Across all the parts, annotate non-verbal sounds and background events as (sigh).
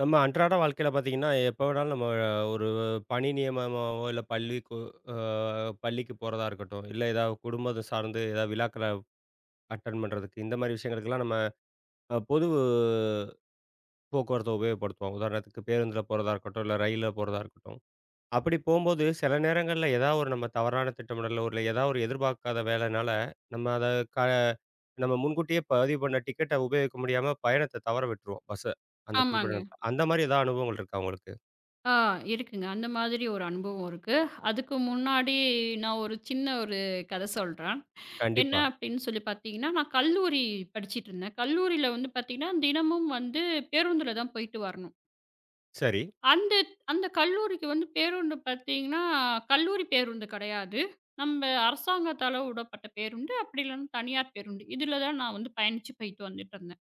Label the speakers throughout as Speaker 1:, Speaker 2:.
Speaker 1: நம்ம அன்றாட வாழ்க்கையில பார்த்தீங்கன்னா, எப்ப வேணாலும் நம்ம ஒரு பணி நியமனமாவோ, இல்ல அ பள்ளிக்கு போறதா இருக்கட்டும், இல்ல ஏதாவது குடும்பத்த சார்ந்து ஏதாவது விழாக்கள அட்டெண்ட் பண்றதுக்கு, இந்த மாரி விஷயங்களுக்கெல்லாம் நம்ம பொது போக்குவரத்த உபயோகப்படுத்துவோம். உதாரணத்துக்கு பேருந்துல போறதா இருக்கட்டும், இல்ல ரயில்ல போறதா இருக்கட்டும். அப்படி போம்போது சில நேரங்கள்ல ஏதாவது ஒரு நம்ம தவறான திட்டமிடலோ, இல்ல ஏதாவது ஒரு எதிர்பார்க்காத வேலைனால, நம்ம அத க நம்ம முன்கூட்டியே பதிவு பண்ண டிக்கெட்ட உபயோகிக்க முடியாம பயணத்த தவற விட்டுருவோம், பஸ்ஸ. அந்த குறிப்பிட்ட
Speaker 2: ஆமாங்க.
Speaker 1: நேரத்துல. அந்த மாரி ஏதாவது அனுபவங்கள் இருக்கா உங்களுக்கு?
Speaker 2: ஆ இருக்குங்க. அந்த மாதிரி ஒரு அனுபவம் இருக்கு. அதுக்கு முன்னாடி நான் ஒரு சின்ன கதை சொல்றேன். என்ன
Speaker 1: கண்டிப்பா.
Speaker 2: அப்படின்னு சொல்லி பார்த்தீங்கன்னா, நான் கல்லூரி படிச்சிட்டுருந்தேன். கல்லூரியில வந்து பார்த்தீங்கன்னா, தினமும் வந்து பேருந்துல தான் போயிட்டு வரணும்.
Speaker 1: சரி.
Speaker 2: அந்த அந்த கல்லூரிக்கு வந்து பேருந்து பார்த்தீங்கன்னா, கல்லூரி பேருந்து கெடையாது. நம்ப அரசாங்கத்தால விடப்பட்ட பேருந்து, அப்படி இல்லன்னா தனியார் பேருந்து. இதுல தான் நான் வந்து பயணிச்சு போயிட்டு வந்துட்டுருந்தேன்.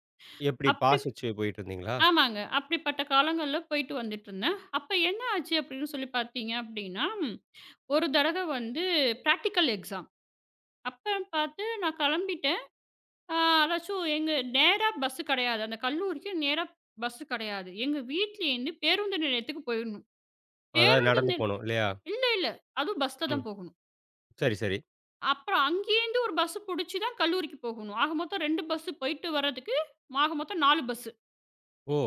Speaker 1: எப்படி
Speaker 2: அப்படி
Speaker 1: பாஸ் வச்சு போயிட்டுருந்தீங்களா?
Speaker 2: ஆமாங்க. அப்படிப்பட்ட காலங்கள்ல போயிட்டு வந்துட்டுருந்தேன். அப்ப என்ன ஆச்சு அப்படின்னு சொல்லி பார்த்தீங்க அப்படின்னா, ஒரு தடவ வந்து பிராக்டிகல் எக்ஸாம். அப்ப பார்த்து நான் கிளம்பிட்டேன். அ அதாச்சும் எங்க நேரா பஸ்ஸு கிடையாது. அந்த கல்லூரிக்கு நேரா பஸ்ஸு கிடையாது. எங்க வீட்லேருந்து பேருந்து நிலையத்துக்கு போயிடணும்.
Speaker 1: அதாவது
Speaker 2: பேருந்து
Speaker 1: நடந்து
Speaker 2: நில்
Speaker 1: போணும் இல்லையா?
Speaker 2: இல்ல, இல்ல. அதுவும் பஸ்ல
Speaker 1: ம்.
Speaker 2: தான் போகணும்.
Speaker 1: சரி, சரி.
Speaker 2: அப்புறம் அங்கேருந்து ஒரு பஸ்ஸு புடிச்சு தான் கல்லூரிக்கு போகணும். ஆக மொத்தம் 2 பஸ்ஸு போயிட்டு வர்றதுக்கு ஆக மொத்தம் 4 பஸ்ஸு.
Speaker 1: ஓ!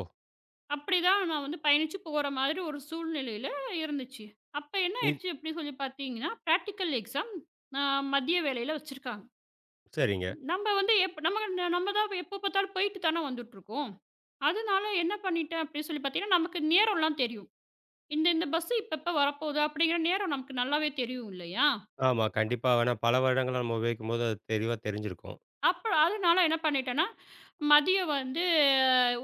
Speaker 2: அப்படிதான் நான் வந்து பயணிச்சு போற மாதிரி ஒரு சூழ்நிலையில இருந்துச்சு. அப்ப என்ன
Speaker 1: இத்
Speaker 2: ஆயிடுச்சு அப்படி சொல்லி பார்த்தீங்கன்னா, பிராக்டிகல் எக்ஸாம் அ மதிய வேளையில வச்சிருக்காங்க.
Speaker 1: சரிங்க.
Speaker 2: நம்ம வந்து எப் நம்ம நம்ம தான் எப்போ பார்த்தாலும் போயிட்டு தானே வந்துட்டுருக்கோம். அதனால என்ன பண்ணிட்டேன் அப்படின்னு சொல்லி பார்த்தீங்கன்னா, நமக்கு நேரம்லாம் தெரியும். இந்த இந்த பஸ் இப்பப்ப வரப்போகுது அப்படிங்கிற நேரம் நமக்கு நல்லாவே தெரியும் இல்லையா?
Speaker 1: ஆமா. கண்டிப்பா வேணா பல வருடங்களா நம்ம உபயோகிக்கும்போது அது தெளிவா தெரிஞ்சிருக்கும்.
Speaker 2: அப்புறம் அதனால என்ன பண்ணிட்டேன்னா, மதியம் வந்து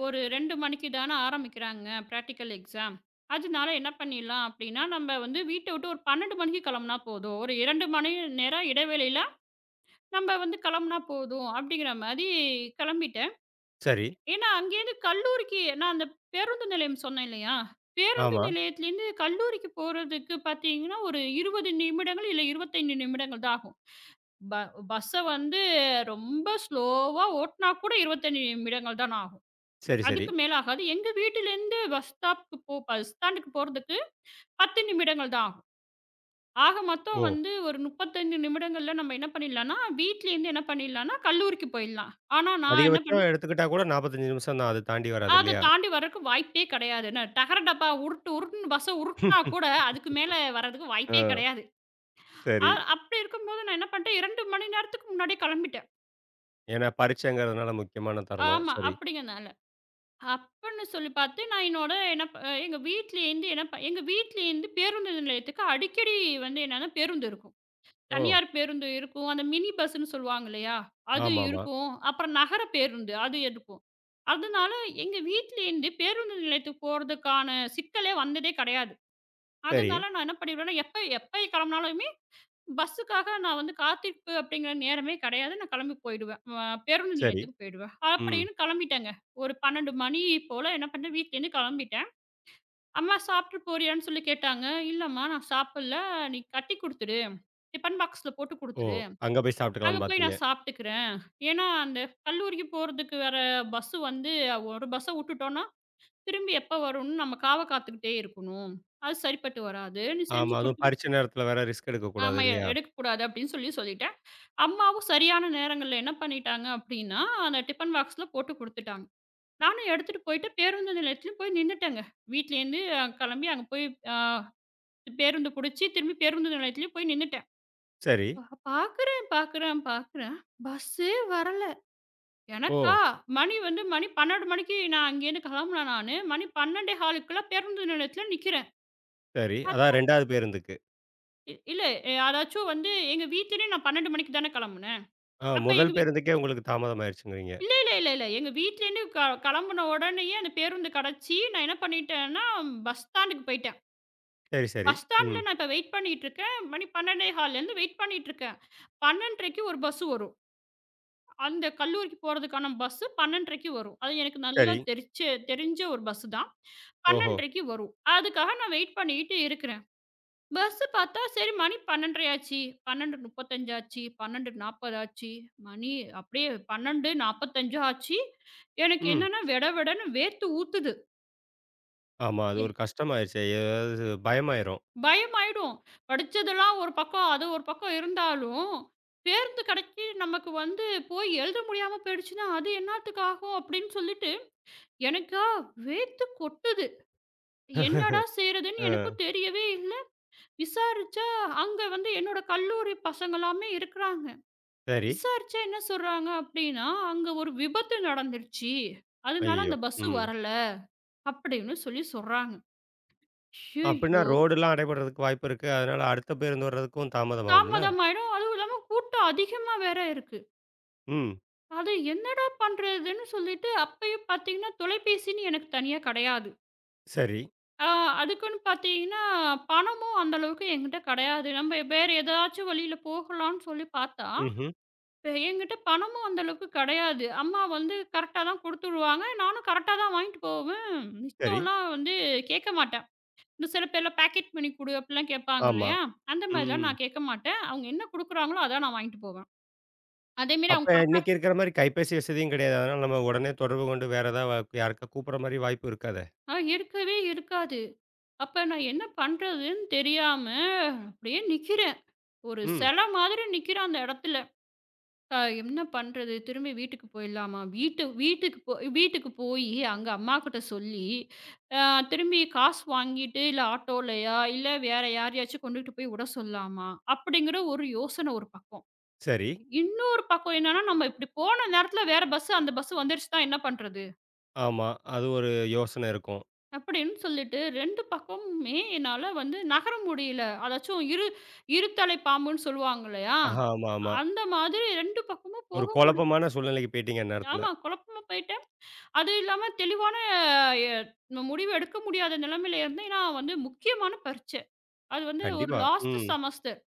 Speaker 2: ஒரு 2 மணிக்கு தானே ஆரம்பிக்கிறாங்க பிராக்டிக்கல் எக்ஸாம். அதனால என்ன பண்ணிடலாம் அப்படின்னா, நம்ம வந்து வீட்ட விட்டு ஒரு 12 மணிக்கு கிளம்புனா போதும். ஒரு 2 மணி நேரம் இடைவேளையில நம்ம வந்து கிளம்புனா போதும் அப்படிங்கிற மாரி கிளம்பிட்டேன்.
Speaker 1: சரி.
Speaker 2: ஏன்னா அங்கேருந்து கல்லூரிக்கு நான் அந்த பேருந்து நிலையம் சொன்னேன் இல்லையா? பேருந்து
Speaker 1: ஆமா.
Speaker 2: நிலையத்திலேருந்து கல்லூரிக்கு போறதுக்கு பார்த்தீங்கன்னா, ஒரு 20 நிமிடங்கள் இல்ல 25 நிமிடங்கள் தான் ஆகும். ப பஸ்ஸ வந்து ரொம்ப ஸ்லோவா ஓட்டுனா கூட 25 நிமிடங்கள் தான் ஆகும்.
Speaker 1: சரி, சரி.
Speaker 2: அதுக்கு மேல ஆகாது. எங்க வீட்டிலேருந்து பஸ் ஸ்டாப்க்கு போ பஸ் ஸ்டாண்டுக்கு போறதுக்கு 10 நிமிடங்கள் தான் ஆகும். ஆக மொத்தம்
Speaker 1: ஓ!
Speaker 2: வந்து ஒரு 35 நிமிடங்கள்ல நம்ம என்ன பண்ணிடலாம்னா, வீட்லேருந்து என்ன பண்ணிடலாம்னா, கல்லூரிக்கு போயிடலாம். ஆனா நான் என்ன
Speaker 1: அதிகபட்சம்
Speaker 2: பண்ணேன்,
Speaker 1: எடுத்துக்கிட்டா கூட 45 நிமிஷம் தான். அது தாண்டி வராது
Speaker 2: அத
Speaker 1: இல்லையா?
Speaker 2: தாண்டி வர்றதுக்கு வாய்ப்பே கிடையாது. என்ன டகர டப்பா உருட்டு உருட்டுன்னு பஸ்ஸ உருட்டுனா கூட
Speaker 1: (laughs)
Speaker 2: அதுக்கு மேல வர்றதுக்கு
Speaker 1: ஆ
Speaker 2: வாய்ப்பே கிடையாது.
Speaker 1: சரி.
Speaker 2: அப்படி இருக்கும்போது நான் என்ன பண்ணிட்டேன், 2 மணி நேரத்துக்கு முன்னாடியே கிளம்பிட்டேன்.
Speaker 1: ஏன்னா பரீட்சைங்கிறதுனால முக்கியமான தருணம்.
Speaker 2: ஆமா,
Speaker 1: சரி.
Speaker 2: அப்படிங்கிறனால அப்பன்னு சொல்லி பார்த்து நான் என்னோட என்ன ப எங்க வீட்லேருந்து என்ன ப எங்க வீட்லேருந்து பேருந்து நிலையத்துக்கு அடிக்கடி வந்து என்னன்னா பேருந்து இருக்கும்.
Speaker 1: ஓ!
Speaker 2: தனியார் பேருந்து இருக்கும். அந்த மினி பஸ்ன்னு சொல்லுவாங்க இல்லையா? அது
Speaker 1: ஆமாமா.
Speaker 2: இருக்கும். அப்புறம் நகர பேருந்து அது இருக்கும். அதனால எங்க வீட்லேருந்து பேருந்து நிலையத்துக்கு போறதுக்கான சிக்கலே வந்ததே கிடையாது.
Speaker 1: சரி,
Speaker 2: அதனால நான் என்ன பண்ணிடுவேன்னா, எப்ப எப்ப கிளம்புனாலுமே பஸ்ஸுக்காக நான் வந்து காத்திருப்பு அப்படிங்கிற நேரமே கிடையாது. நான் கிளம்பி போயிடுவேன். பேருந்து
Speaker 1: சரி.
Speaker 2: நிலையத்துக்கு போயிடுவேன்.
Speaker 1: ம்.
Speaker 2: அப்படின்னு கிளம்பிட்டேங்க. ஒரு 12 மணி போல என்ன பண்ணேன், வீட்லேருந்து கிளம்பிட்டேன். அம்மா சாப்பிட்டு போறியான்னு சொல்லி கேட்டாங்க. இல்லம்மா நான் சாப்பிடல. நீ கட்டி குடுத்துடு. டிஃபன் பாக்ஸ்ல போட்டு
Speaker 1: ஓ!
Speaker 2: குடுத்துடு.
Speaker 1: அங்க போய்
Speaker 2: அங்க
Speaker 1: சாப்பிட்டுக்கலாம்ன்னு
Speaker 2: போய்
Speaker 1: பார்த்தீங்க.
Speaker 2: நான் சாப்பிட்டுக்கிறேன். ஏன்னா அந்த கல்லூரிக்கு போறதுக்கு வர பஸ் வந்து ஒரு பஸ்ஸ விட்டுட்டோம்னா, திரும்பி எப்ப வரும்னு நம்ம காத்துக்கிட்டே இருக்கணும். அது சரிப்பட்டு வராது. நீ
Speaker 1: ஆமா.
Speaker 2: செஞ்சு
Speaker 1: அதுவும்
Speaker 2: குடுத்துட்டு
Speaker 1: பரீட்சை நேரத்தில வேற ரிஸ்க் எடுக்கக்கூடாது
Speaker 2: ஆமா
Speaker 1: இல்லையா?
Speaker 2: எடுக்கக்கூடாது அப்படின்னு சொல்லி சொல்லிட்டேன். அம்மாவும் சரியான நேரங்கள்ல என்ன பண்ணிட்டாங்க அப்படின்னா, அந்த டிஃபன் பாக்ஸ்ல போட்டு குடுத்துட்டாங்க. நானும் எடுத்துட்டு போயிட்டு பேருந்து நிலையத்திலும் போய் நின்னுட்டேங்க. வீட்லேருந்து கெளம்பி அங்க போய் அ பேருந்து புடிச்சு திரும்பி பேருந்து நிலையத்திலயும் போய் நின்னுட்டேன்.
Speaker 1: சரி.
Speaker 2: பா பாக்குறேன், பாக்குறேன், பாக்குறேன் பஸ்ஸே வரல. எனக்கா
Speaker 1: ஓ!
Speaker 2: மணி வந்து மணி 12 மணிக்கு நான் அங்கேருந்து கெளம்புனேன் நானு. மணி 12:15க்குள்ள பேருந்து நிலையத்தில நிக்கிறேன்.
Speaker 1: சரி.
Speaker 2: பத்
Speaker 1: அதான் 2வது பேருந்துக்கு.
Speaker 2: இல்ல அதாச்சும் வந்து எங்க வீட்லருந்து நான் 12 மணிக்கு தானே கெளம்புனேன்.
Speaker 1: ஆ
Speaker 2: அப்ப எங்க
Speaker 1: முதல்
Speaker 2: வீ
Speaker 1: பேருந்துக்கே உங்களுக்கு தாமதம் ஆயிருச்சுங்கிறீங்க.
Speaker 2: இல்ல, இல்ல, இல்ல, இல்ல. எங்க வீட்லேருந்து கெளம்புன உடனேயே அந்த பேருந்து கெடச்சு, நான் என்ன பண்ணிட்டேன்னா, பஸ் ஸ்டாண்டுக்கு போயிட்டேன்.
Speaker 1: சரி, சரி.
Speaker 2: பஸ்
Speaker 1: ம்.
Speaker 2: ஸ்டாண்ட்ல நான் இப்ப வெயிட் பண்ணிட்டுருக்கேன். மணி 12:15லேருந்து வெயிட் பண்ணிட்டுருக்கேன். 12:30க்கு ஒரு பஸ் வரும். அந்த கல்லூரிக்கு போறதுக்கான பஸ்ஸு 12:30க்கு வரும். அது எனக்கு நல்லா
Speaker 1: சரி.
Speaker 2: தெரிச்ச தெரிஞ்ச ஒரு பஸ்ஸு தான்.
Speaker 1: ஓஹோ!
Speaker 2: 12:30க்கு வரும். அதுக்காக நான் வெயிட் பண்ணிட்டு இருக்கிறேன். பஸ்ஸு பார்த்தா சரி மணி 12:30 ஆச்சு. 12:35 ஆச்சு. 12:40 ஆச்சு. மணி அப்படியே 12:45 ஆச்சு. எனக்கு
Speaker 1: ம்.
Speaker 2: என்னன்னா வெட வெடன்னு வேர்த்து ஊத்துது.
Speaker 1: ஆமா. அது
Speaker 2: எ
Speaker 1: ஒரு கஷ்டமாயிருச்சே! ஏதாவது பயமாயிரும்.
Speaker 2: பயமாயிடும். படிச்சதெல்லாம் ஒரு பக்கம், அது ஒரு பக்கம் இருந்தாலும், பேருந்து கிடைச்சு நமக்கு வந்து போய் எழுத முடியாம போயிடுச்சுன்னா, அது என்னாத்துக்கு ஆகும் அப்படின்னு சொல்லிட்டு, எனக்கா வேர்த்து கொட்டுது. என்னடா செய்றதுன்னு
Speaker 1: ஆ.
Speaker 2: எனக்கும் தெரியவே இல்ல. விசாரிச்சா, அங்க வந்து என்னோட கல்லூரி பசங்களாமே இருக்கிறாங்க.
Speaker 1: சரி.
Speaker 2: விசாரிச்சா என்ன சொல்றாங்க அப்படின்னா, "அங்க ஒரு விபத்து நடந்துருச்சு. அதனால
Speaker 1: ஐயய்யோ!
Speaker 2: அந்த பஸ்
Speaker 1: ம்.
Speaker 2: வரல" அப்படின்னு சொல்லி சொல்றாங்க.
Speaker 1: அப்பிடின்னா
Speaker 2: ஐயையோ!
Speaker 1: ரோடுலாம் அடைபடுறதுக்கு வாய்ப்பு இருக்கு. அதனால அடுத்த பேருந்து வர்றதுக்கும் தாமதமாகும்ல?
Speaker 2: தாமதமாயிடும். அதுவும் இல்லாம கூட்டம் அதிகமா வேற இருக்கு.
Speaker 1: ம்.
Speaker 2: அது என்னடா பண்றதுன்னு சொல்லிட்டு அப்பயும் பார்த்தீங்கன்னா, தொலைபேசின்னு எனக்கு தனியா கிடையாது.
Speaker 1: சரி.
Speaker 2: ஆ அதுக்குன்னு பார்த்தீங்கன்னா, பணமும் அந்த அளவுக்கு என்கிட்ட கிடையாது. நம்ம வேற ஏதாச்சும் வழியில போகலான்னு சொல்லி பார்த்தா
Speaker 1: ம்ஹ்ம்.
Speaker 2: இப்ப என்கிட்ட பணமும் அந்த அளவுக்கு கிடையாது. அம்மா வந்து கரெக்ட்டா தான் குடுத்துடுவாங்க. நானும் கரெக்ட்டா தான் வாங்கிட்டு போவேன்.
Speaker 1: சரி.
Speaker 2: மிச்சம்லாம் வந்து கேட்க மாட்டேன். இன்னும் சில பேர்லாம் பேக்கெட் பண்ணி குடு அப்படிலாம் கேட்பாங்க
Speaker 1: ஆமா.
Speaker 2: இல்லையா? அந்த
Speaker 1: ம்,
Speaker 2: மாதிரிலாம்
Speaker 1: ம்.
Speaker 2: நான் கேட்க மாட்டேன். அவங்க என்ன குடுக்குறாங்களோ அதான் நான் வாங்கிட்டு போவேன். அதேமாரி அவங்க
Speaker 1: அப்ப
Speaker 2: கரெக்ட்டா
Speaker 1: இன்னைக்கு இருக்கிறமாரி கைபேசி வசதியும் கிடையாது. அதனால நம்ம உடனே தொடர்பு கொண்டு வேற ஏதாவது யாருக்கா கூப்புட்றமாரி வாய்ப்பு இருக்காதே!
Speaker 2: ஆ இருக்கவே இருக்காது. அப்ப நான் என்ன பண்றதுன்னு தெரியாம அப்படியே நிக்கிறேன். ஒரு
Speaker 1: ம்.
Speaker 2: செல மாதிரி நிக்கிறேன் அந்த இடத்துல. என்ன பண்றது? திரும்பி வீட்டுக்கு போயிடலாமா? வீட்டுக்கு போயி, அங்க அம்மாகிட்ட சொல்லி, அ திரும்பி காசு வாங்கிட்டு, இல்ல ஆட்டோலயா, இல்ல வேற யாரையாச்சும் கொண்டுட்டு போய் விட சொல்லலாமா? அப்படிங்கிற ஒரு யோசனை ஒரு பக்கம்.
Speaker 1: சரி.
Speaker 2: இன்னொரு பக்கம் என்னன்னா, நம்ம இப்படி போன நேரத்துல வேற பஸ் அந்த பஸ் வந்துருச்சுன்னா என்ன பண்றது?
Speaker 1: ஆமா. அது ஒரு யோசனை இருக்கும்.
Speaker 2: அப்படின்னு சொல்லிட்டு 2 பக்கமுமே என்னால வந்து நகர முடியல. அதாச்சும் இருதலை பாம்புன்னு சொல்லுவாங்க இல்லையா?
Speaker 1: ஆஹா, ஆமா, ஆமா.
Speaker 2: அந்த மாதிரி 2 பக்கமும்
Speaker 1: ஒரு
Speaker 2: போக
Speaker 1: குழப்பமான சூழ்நிலைக்கு போயிட்டீங்க அந்நேரத்துல.
Speaker 2: ஆமா குழப்பமா போயிட்டேன். அது இல்லாம தெளிவான எ முடிவு எடுக்க முடியாத நிலைமையில இருந்தேன். ஏன்னா வந்து முக்கியமான பரீட்சை. அது வந்து ஒரு
Speaker 1: கண்டிப்பா.
Speaker 2: லாஸ்ட்
Speaker 1: ம்.
Speaker 2: செமஸ்டர்.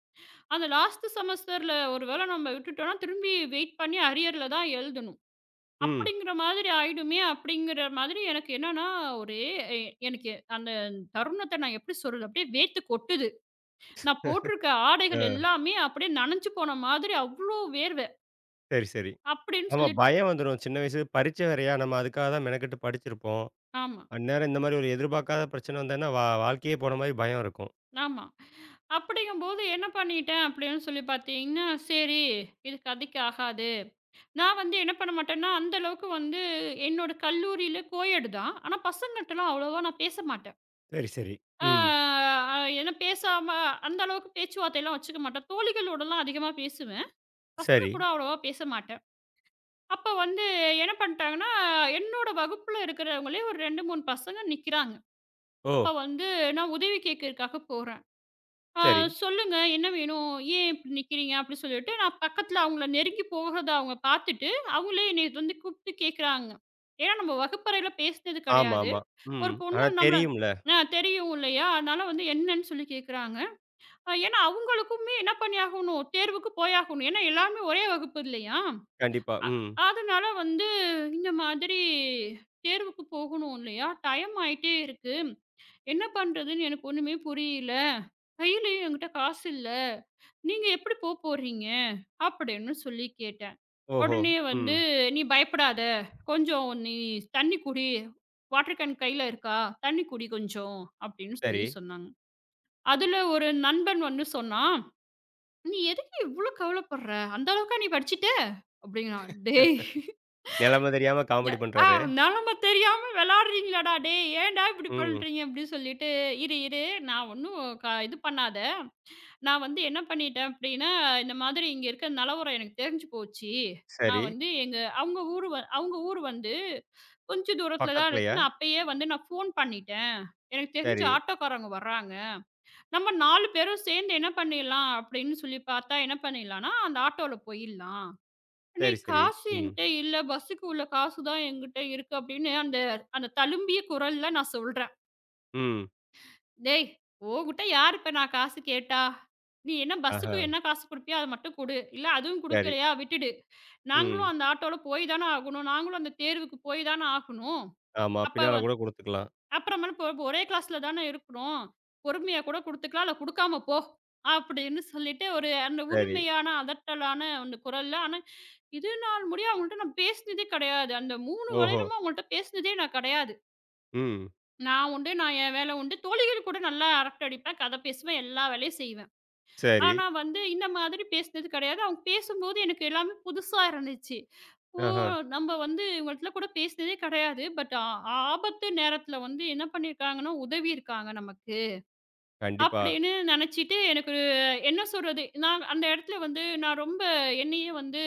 Speaker 2: அந்த லாஸ்ட் செமஸ்டர்ல ஒரு வேள நம்ம விட்டுட்டோம்னா, திரும்பி வெயிட் பண்ணி அரியர்ல தான் எழுதணும்.
Speaker 1: ம்.
Speaker 2: அப்படிங்கிற மாதிரி ஆயிடுமே அப்படிங்கிற மாதிரி எனக்கு என்னன்னா, ஒரே எ எனக்கு அந்த தருணத்த நான் எப்படி சொல்றது? அப்படியே வேர்த்து கொட்டுது. நான் போட்டிருக்க ஆடைகள்
Speaker 1: அ
Speaker 2: எல்லாமே அப்படியே நனைஞ்சு போன மாதிரி அவ்ளோ வேர்வை
Speaker 1: சரி, சரி.
Speaker 2: அப்படின்னு
Speaker 1: ஆமா
Speaker 2: சொல்லிட்டு
Speaker 1: பயம் வந்துரும். சின்ன வயசு பரீட்சை வேறயா, நம்ம அதுக்காக தான் மெனக்கெட்டு படிச்சிருப்போம்.
Speaker 2: ஆமா.
Speaker 1: அந்நேரம் இந்த மாரி ஒரு எதிர்பார்க்காத பிரச்சனை வந்ததுன்னா, வாழ்க்கையே போன மாரி பயம் இருக்கும்.
Speaker 2: ஆமா. அப்படிங்கும்போது என்ன பண்ணிட்டேன் அப்படின்னு சொல்லி பார்த்தீங்கன்னா, சரி இது கதைக்கு ஆகாது. நான் வந்து என்ன பண்ண மாட்டேன்னா, அந்த அளவுக்கு வந்து என்னோட கல்லூரியில கோஎட் தான். ஆனா பசங்கட்டலாம் அவ்வளவா நான் பேச மாட்டேன்.
Speaker 1: சரி, சரி. ம்.
Speaker 2: ஆ ஏன்னா பேசாம அந்த அளவுக்கு பேச்சுவார்த்தைலாம் வச்சுக்க மாட்டேன். தோழிகளோடலாம் அதிகமா பேசுவேன். பசங்க
Speaker 1: சரி.
Speaker 2: கூட அவ்வளவா பேச மாட்டேன். அப்ப வந்து என்ன பண்ணிட்டாங்கன்னா, என்னோட வகுப்புல இருக்கிறவங்களே ஒரு 2, 3 பசங்க நிக்கிறாங்க.
Speaker 1: ஓ!
Speaker 2: அப்ப வந்து நான் உதவி கேட்கறதுக்காக போறேன். ஆ
Speaker 1: சரி.
Speaker 2: சொல்லுங்க. என்ன வேணும்? ஏன் இப்படி நிக்கிறீங்க? அப்படி சொல்லிட்டு, நான் பக்கத்துல அவங்கள நெருங்கி போகறத அவங்க பார்த்துட்டு, அவங்களே என்னைய வந்து கூப்பிட்டு கேட்குறாங்க. ஏன்னா நம்ம வகுப்பறையில பேசினது கிடையாது.
Speaker 1: ஆமாமா.
Speaker 2: ஒரு
Speaker 1: ம்.
Speaker 2: பொண்ணு
Speaker 1: ஆனா
Speaker 2: நம்மள
Speaker 1: தெரியும்ல.
Speaker 2: தெரியும் இல்லையா? அதனால வந்து என்னன்னு சொல்லி கேட்குறாங்க. ஏன்னா அவங்களுக்குமே என்ன பண்ணியாகணும், தேர்வுக்கு போயாகணும். ஏன்னா எல்லாருமே ஒரே வகுப்பு இல்லையா?
Speaker 1: கண்டிப்பா. ம்.
Speaker 2: அதனால வந்து இந்த மாதிரி தேர்வுக்கு போகணும் இல்லையா? டைம் ஆயிட்டே இருக்கு. என்ன பண்றதுன்னு எனக்கு ஒண்ணுமே புரியல. கையிலயும் என்கிட்ட காசு இல்ல. நீங்க எப்படி போப்போறீங்க? அப்படின்னு சொல்லி கேட்டேன்.
Speaker 1: ஓஹோ!
Speaker 2: உடனே
Speaker 1: ம்.
Speaker 2: வந்து, "நீ பயப்படாத. கொஞ்சம் நீ தண்ணி குடி. வாட்டர் கேன் கையில இருக்கா? தண்ணி குடி கொஞ்சம்." அப்படின்னு
Speaker 1: சரி.
Speaker 2: சொல்லி சொன்னாங்க. அதுல ஒரு நண்பன் வந்து சொன்னான், "நீ எதுக்கு இவ்ளோ கவலைப்படுற? அந்த அளவுக்கா நீ படிச்சுட்ட?" அப்படிங்கிறான். டேய்!
Speaker 1: நிலைமை தெரியாம
Speaker 2: இல்ல.
Speaker 1: காமெடி
Speaker 2: ஆ
Speaker 1: பண்றாரு.
Speaker 2: நெலம தெரியாம வெளாடுறீங்களாடா டேய்! ஏன்டா இப்படி
Speaker 1: ம்.
Speaker 2: பண்றீங்க? அப்படின்னு சொல்லிட்டு, இரு இரு நான் ஒண்ணும் இது பண்ணாத. நான் வந்து என்ன பண்ணிட்டேன் அப்படின்னா, இந்த மாதிரி இங்க இருக்க நெலவரம் எனக்கு தெரிஞ்சு போச்சு. நான்
Speaker 1: சரி.
Speaker 2: வந்து எங்க அவங்க ஊரு வந்து கொஞ்சம் தூரத்துல தான் இருக்கு.
Speaker 1: பக்கத்துலயா?
Speaker 2: நான் அப்பயே வந்து நான் ஃபோன் பண்ணிட்டேன். எனக்கு தெரிஞ்ச
Speaker 1: சரி.
Speaker 2: ஆட்டோக்காரங்க வர்றாங்க. நம்ம 4 பேரும் சேர்ந்து என்ன பண்ணிடலாம் அப்படின்னு சொல்லி பார்த்தா, என்ன பண்ணிடலாம்ன்னா, அந்த ஆட்டோல போயிடலாம்.
Speaker 1: சரி,
Speaker 2: அன்னைக்கு
Speaker 1: சரி.
Speaker 2: காசு
Speaker 1: ம்.
Speaker 2: என்கிட்ட இல்ல. பஸ்ஸுக்கு உள்ள காசு தான் என்கிட்ட இருக்கு அப்படின்னு அந்த அந்த தழும்பிய குரல்ல நான் சொல்றேன்.
Speaker 1: ம்.
Speaker 2: "டேய்! உன்கிட்ட யார் இப்ப நான் காசு கேட்டா? நீ என்ன
Speaker 1: ஆஹா.
Speaker 2: பஸ்ஸுக்கு என்ன காசு குடுப்பியோ அத மட்டும் குடு. இல்ல அதுவும்
Speaker 1: சரி.
Speaker 2: குடுக்கலையா விட்டுடு. நாங்களும்
Speaker 1: ம்.
Speaker 2: அந்த ஆட்டோல போய் தான ஆகணும். நாங்களும் அந்த தேர்வுக்கு போய் தான ஆகணும்.
Speaker 1: ஆமா.
Speaker 2: அப்ப
Speaker 1: பின்னால
Speaker 2: வ-
Speaker 1: கூட குடுத்துக்கலாம்.
Speaker 2: அப்புறமேல போ ஒரே கிளாஸ்ல தான இருக்கிறோம். பொறுமையா கூட குடுத்துக்கலாம். இல்ல குடுக்காம போ." அப்படின்னு சொல்லிட்டு ஒரு அந்த
Speaker 1: சரி.
Speaker 2: உரிமையான, அதட்டலான அந்த குரல்ல ஆனா இது நாள் முடிய அவங்கள்ட்ட நான் பேசினதே கிடையாது. அந்த 3
Speaker 1: ஓஹோ!
Speaker 2: வருடமா அவங்கள்ட்ட பேசினதே நான் கிடையாது.
Speaker 1: ம்.
Speaker 2: நான் உண்டு, நான் என் வேலை உண்டு. தோழிகள் கூட நல்லா அரட்டை அடிப்பேன், கதை பேசுவேன், எல்லா வேலையும் செய்வேன்.
Speaker 1: சரி.
Speaker 2: ஆனா வந்து இந்த மாதிரி பேசினது கிடையாது. அவங்க பேசும்போது எனக்கு எல்லாமே புதுசா இருந்துச்சு. ஓ!
Speaker 1: ஆஹா.
Speaker 2: நம்ம வந்து இவங்கள்ட்ட கூட பேசினதே கிடையாது. பட் ஆ ஆபத்து நேரத்தில வந்து என்ன பண்ணியிருக்காங்கன்னா, உதவி இருக்காங்க நமக்கு.
Speaker 1: கண்டிப்பா.
Speaker 2: அப்படின்னு நினைச்சிட்டு எனக்கு என்ன சொல்றது? நான் அந்த இடத்துல வந்து நான் ரொம்ப என்னையே வந்து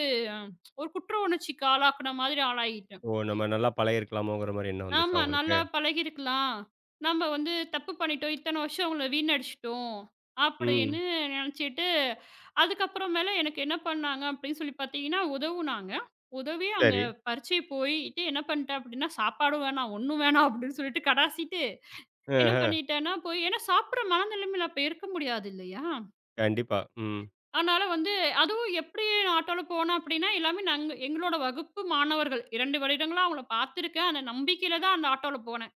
Speaker 2: ஒரு குற்ற உணர்ச்சிக்கு ஆளாக்குன மாதிரி ஆளாயிட்டேன்.
Speaker 1: ஓ! நம்ம நல்லா பழகியிருக்கலாமோங்கிற மாரி எண்ணம் வந்துச்சா
Speaker 2: ஆமா.
Speaker 1: உங்களுக்கு?
Speaker 2: நல்லா பழகியிருக்கலாம். நம்ம வந்து தப்பு பண்ணிட்டோம். இத்தன வருஷம் அவங்கள வீணடிச்சுட்டோம்.
Speaker 1: ம்.
Speaker 2: அப்படின்னு நெனச்சுட்டு, அதுக்கப்புறமேல எனக்கு என்ன பண்ணாங்க அப்படின்னு சொல்லி பார்த்தீங்கன்னா, உதவுனாங்க. உதவி அந்த
Speaker 1: சரி.
Speaker 2: பரீட்சை போயிட்டு என்ன பண்ணிட்டேன் அப்படின்னா, சாப்பாடும் வேணாம், ஒண்ணும் வேணாம் அப்படின்னு சொல்லிட்டு கடாசிட்டு என்ன
Speaker 1: அ
Speaker 2: பண்ணிட்டேன்னா, போய் ஏன்னா சாப்பிடுற மனநிலைமையில அப்ப இருக்க முடியாது இல்லையா?
Speaker 1: கண்டிப்பா. ம்.
Speaker 2: அதனால வந்து அதுவும் எப்படி நான் ஆட்டோல போனேன் அப்படின்னா, எல்லாமே நாங்க எங்களோட வகுப்பு மாணவர்கள். 2 வருடங்களா அவங்கள பார்த்துருக்கேன். அந்த நம்பிக்கையில தான் அந்த ஆட்டோல போனேன்.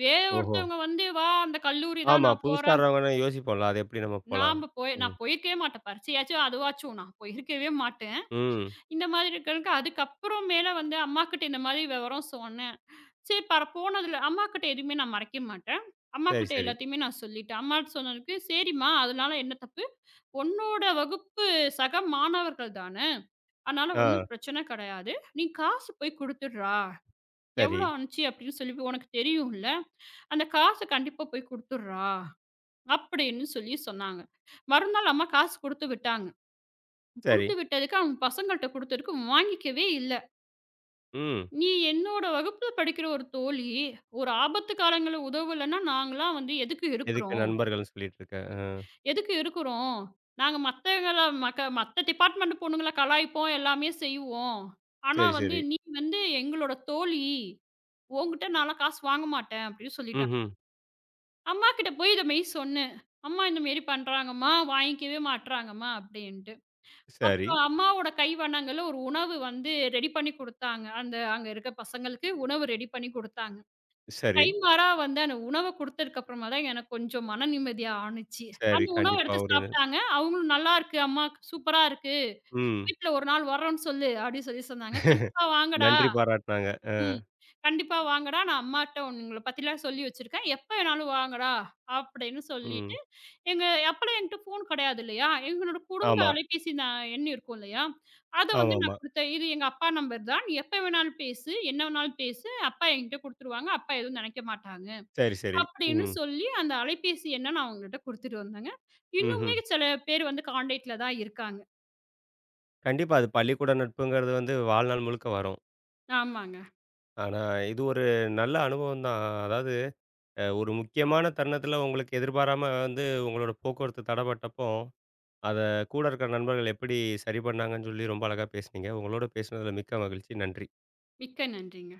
Speaker 2: வேற
Speaker 1: ஓஹோ!
Speaker 2: ஒருத்தவங்க வந்து, "வா அந்த கல்லூரி தான்
Speaker 1: ஆமா.
Speaker 2: நான்
Speaker 1: புதுசா
Speaker 2: போறேன்."
Speaker 1: வர்றவங்கன்னா யோசிப்போம்ல. அது எப்படி நம்ம போலாம்?
Speaker 2: நாம போய்
Speaker 1: ம்.
Speaker 2: நான் போயிருக்கவே மாட்டேன். பரீட்சையாச்சும் அதுவாச்சும் நான் போயிருக்கவே மாட்டேன்.
Speaker 1: ம்.
Speaker 2: இந்த மாதிரி இருக்கறதுக்கு அதுக்கப்புறம் மேல வந்து அம்மாகிட்ட இந்த மாதிரி விவரம் சொன்னேன். சரி பர போனதுல அம்மாகிட்ட எதுவுமே நான் மறைக்க மாட்டேன்.
Speaker 1: சரி,
Speaker 2: அம்மாகிட்ட
Speaker 1: சரி.
Speaker 2: எல்லாத்தையுமே நான் சொல்லிட்டேன். அம்மா சொன்னதுக்கு, "சரிம்மா அதனால என்ன தப்பு? உன்னோட வகுப்பு சக மாணவர்கள் தானே! அதனால
Speaker 1: ஆ.
Speaker 2: ஒண்ணும் பிரச்சனை கிடையாது. நீ காசு போய் குடுத்துடுறா.
Speaker 1: சரி,
Speaker 2: எவ்வளோ ஆனுச்சு அப்படின்னு சொல்லி உனக்கு தெரியும்ல. அந்த காசு கண்டிப்பா போய் குடுத்துடுறா." அப்படின்னு சொல்லி சொன்னாங்க. மறுநாள் அம்மா காசு குடுத்து விட்டாங்க.
Speaker 1: சரி.
Speaker 2: குடுத்து விட்டதுக்கு அவங்க பசங்கள்ட்ட குடுத்ததுக்கு வாங்கிக்கவே இல்ல.
Speaker 1: ம்.
Speaker 2: "நீ என்னோட வகுப்புல படிக்கிற ஒரு தோழி, ஒரு ஆபத்து காலங்கள்ல உதவலன்னா நாங்கலாம் வந்து எதுக்கு
Speaker 1: எதுக்கு
Speaker 2: இருக்கிறோம்?
Speaker 1: நண்பர்கள்னு சொல்லிட்டு இருக்க? அ.
Speaker 2: எதுக்கு இருக்கிறோம்? நாங்க மத்தவங்கள மத்த டிபார்ட்மெண்ட் பொண்ணுங்கள கலாய்ப்போம், எல்லாமே செய்வோம். ஆனா
Speaker 1: சரி,
Speaker 2: வந்து
Speaker 1: சரி.
Speaker 2: நீ வந்து எங்களோட தோழி. உன்கிட்ட நான்லாம் காசு வாங்க மாட்டேன்" அப்படின்னு சொல்லிட்டாங்க.
Speaker 1: ம்ஹ்ம்.
Speaker 2: அம்மாகிட்ட போய் இத மெய் சொன்னேன். "அம்மா இந்த மாரி பண்றாங்கம்மா, வாங்கிக்கவே மாட்றாங்கம்மா" அப்படின்ட்டு.
Speaker 1: சரி,
Speaker 2: அப்புறம் அம்மாவோட கைவண்ணங்கள்ல ஒரு உணவு வந்து ரெடி பண்ணி குடுத்தாங்க. அந்த அங்க இருக்க பசங்களுக்கு உணவு ரெடி பண்ணி குடுத்தாங்க.
Speaker 1: சரி,
Speaker 2: கைமாறா வந்து அந்த உணவ குடுத்ததுக்கு அப்புறமா தான் எனக்கு கொஞ்சம் மன நிம்மதியா ஆனுச்சு.
Speaker 1: சரி.
Speaker 2: அந்த உணவ
Speaker 1: கண்டிப்பா
Speaker 2: எடுத்து
Speaker 1: ஒரு
Speaker 2: சாப்ட்டாங்க. அவங்களும் "நல்லாருக்கு அம்மா, சூப்பரா இருக்கு.
Speaker 1: ம்.
Speaker 2: வீட்ல ஒரு நாள் வர்றோம்ன்னு சொல்லு" அப்டின்னு சொல்லி சொன்னாங்க. "கண்டிப்பா வாங்கடா"
Speaker 1: நன்றி பாராட்டுனாங்க.
Speaker 2: ம். "கண்டிப்பா வாங்கடா, நான் அம்மாட்ட உங்கள பத்திலாம் சொல்லி வச்சிருக்கேன். எப்ப வேணாலும் வாங்கடா" அப்படின்னு
Speaker 1: ம்.
Speaker 2: சொல்லிட்டு, எங்க அப்பலாம் என்கிட்ட ஃபோன் கிடையாது இல்லையா? எங்களோட குடும்ப
Speaker 1: ஆமா.
Speaker 2: அலைபேசி எண் இருக்கும் இல்லையா? அத வந்து
Speaker 1: ஆமாமா.
Speaker 2: நான் குடுத்தேன். "இது எங்க அப்பா நம்பர் தான். நீ எப்ப வேணாலும் பேசு, என்ன வேணாலும் பேசு. அப்பா என்கிட்ட குடுத்துருவாங்க. அப்பா எதுவும் நெனைக்க மாட்டாங்க"
Speaker 1: சரி, சரி.
Speaker 2: அப்படின்னு
Speaker 1: ம்.
Speaker 2: சொல்லி அந்த அலைபேசி எண்ண நான் அவங்கள்ட்ட குடுத்துட்டு வந்தேங்க.
Speaker 1: ம்ஹ்ம்.
Speaker 2: இன்னுமே சில பேர் வந்து கான்டாக்ட்ல தான் இருக்காங்க.
Speaker 1: கண்டிப்பா. அது பள்ளிக்கூட நட்புங்கிறது வந்து வாழ்நாள் முழுக்க வரும்.
Speaker 2: ஆமாங்க.
Speaker 1: ஆனா, இது ஒரு நல்ல அனுபவம் தான். அதாவது அ ஒரு முக்கியமான தருணத்தில உங்களுக்கு எதிர்பாராம வந்து உங்களோட போக்குவரத்து தடப்பட்டப்போ, அத கூட இருக்கிற நண்பர்கள் எப்படி சரி பண்ணாங்கன்னு சொல்லி ரொம்ப அழகா பேசுனீங்க. உங்களோட பேசினதில மிக்க மகிழ்ச்சி. நன்றி.
Speaker 2: மிக்க நன்றிங்க.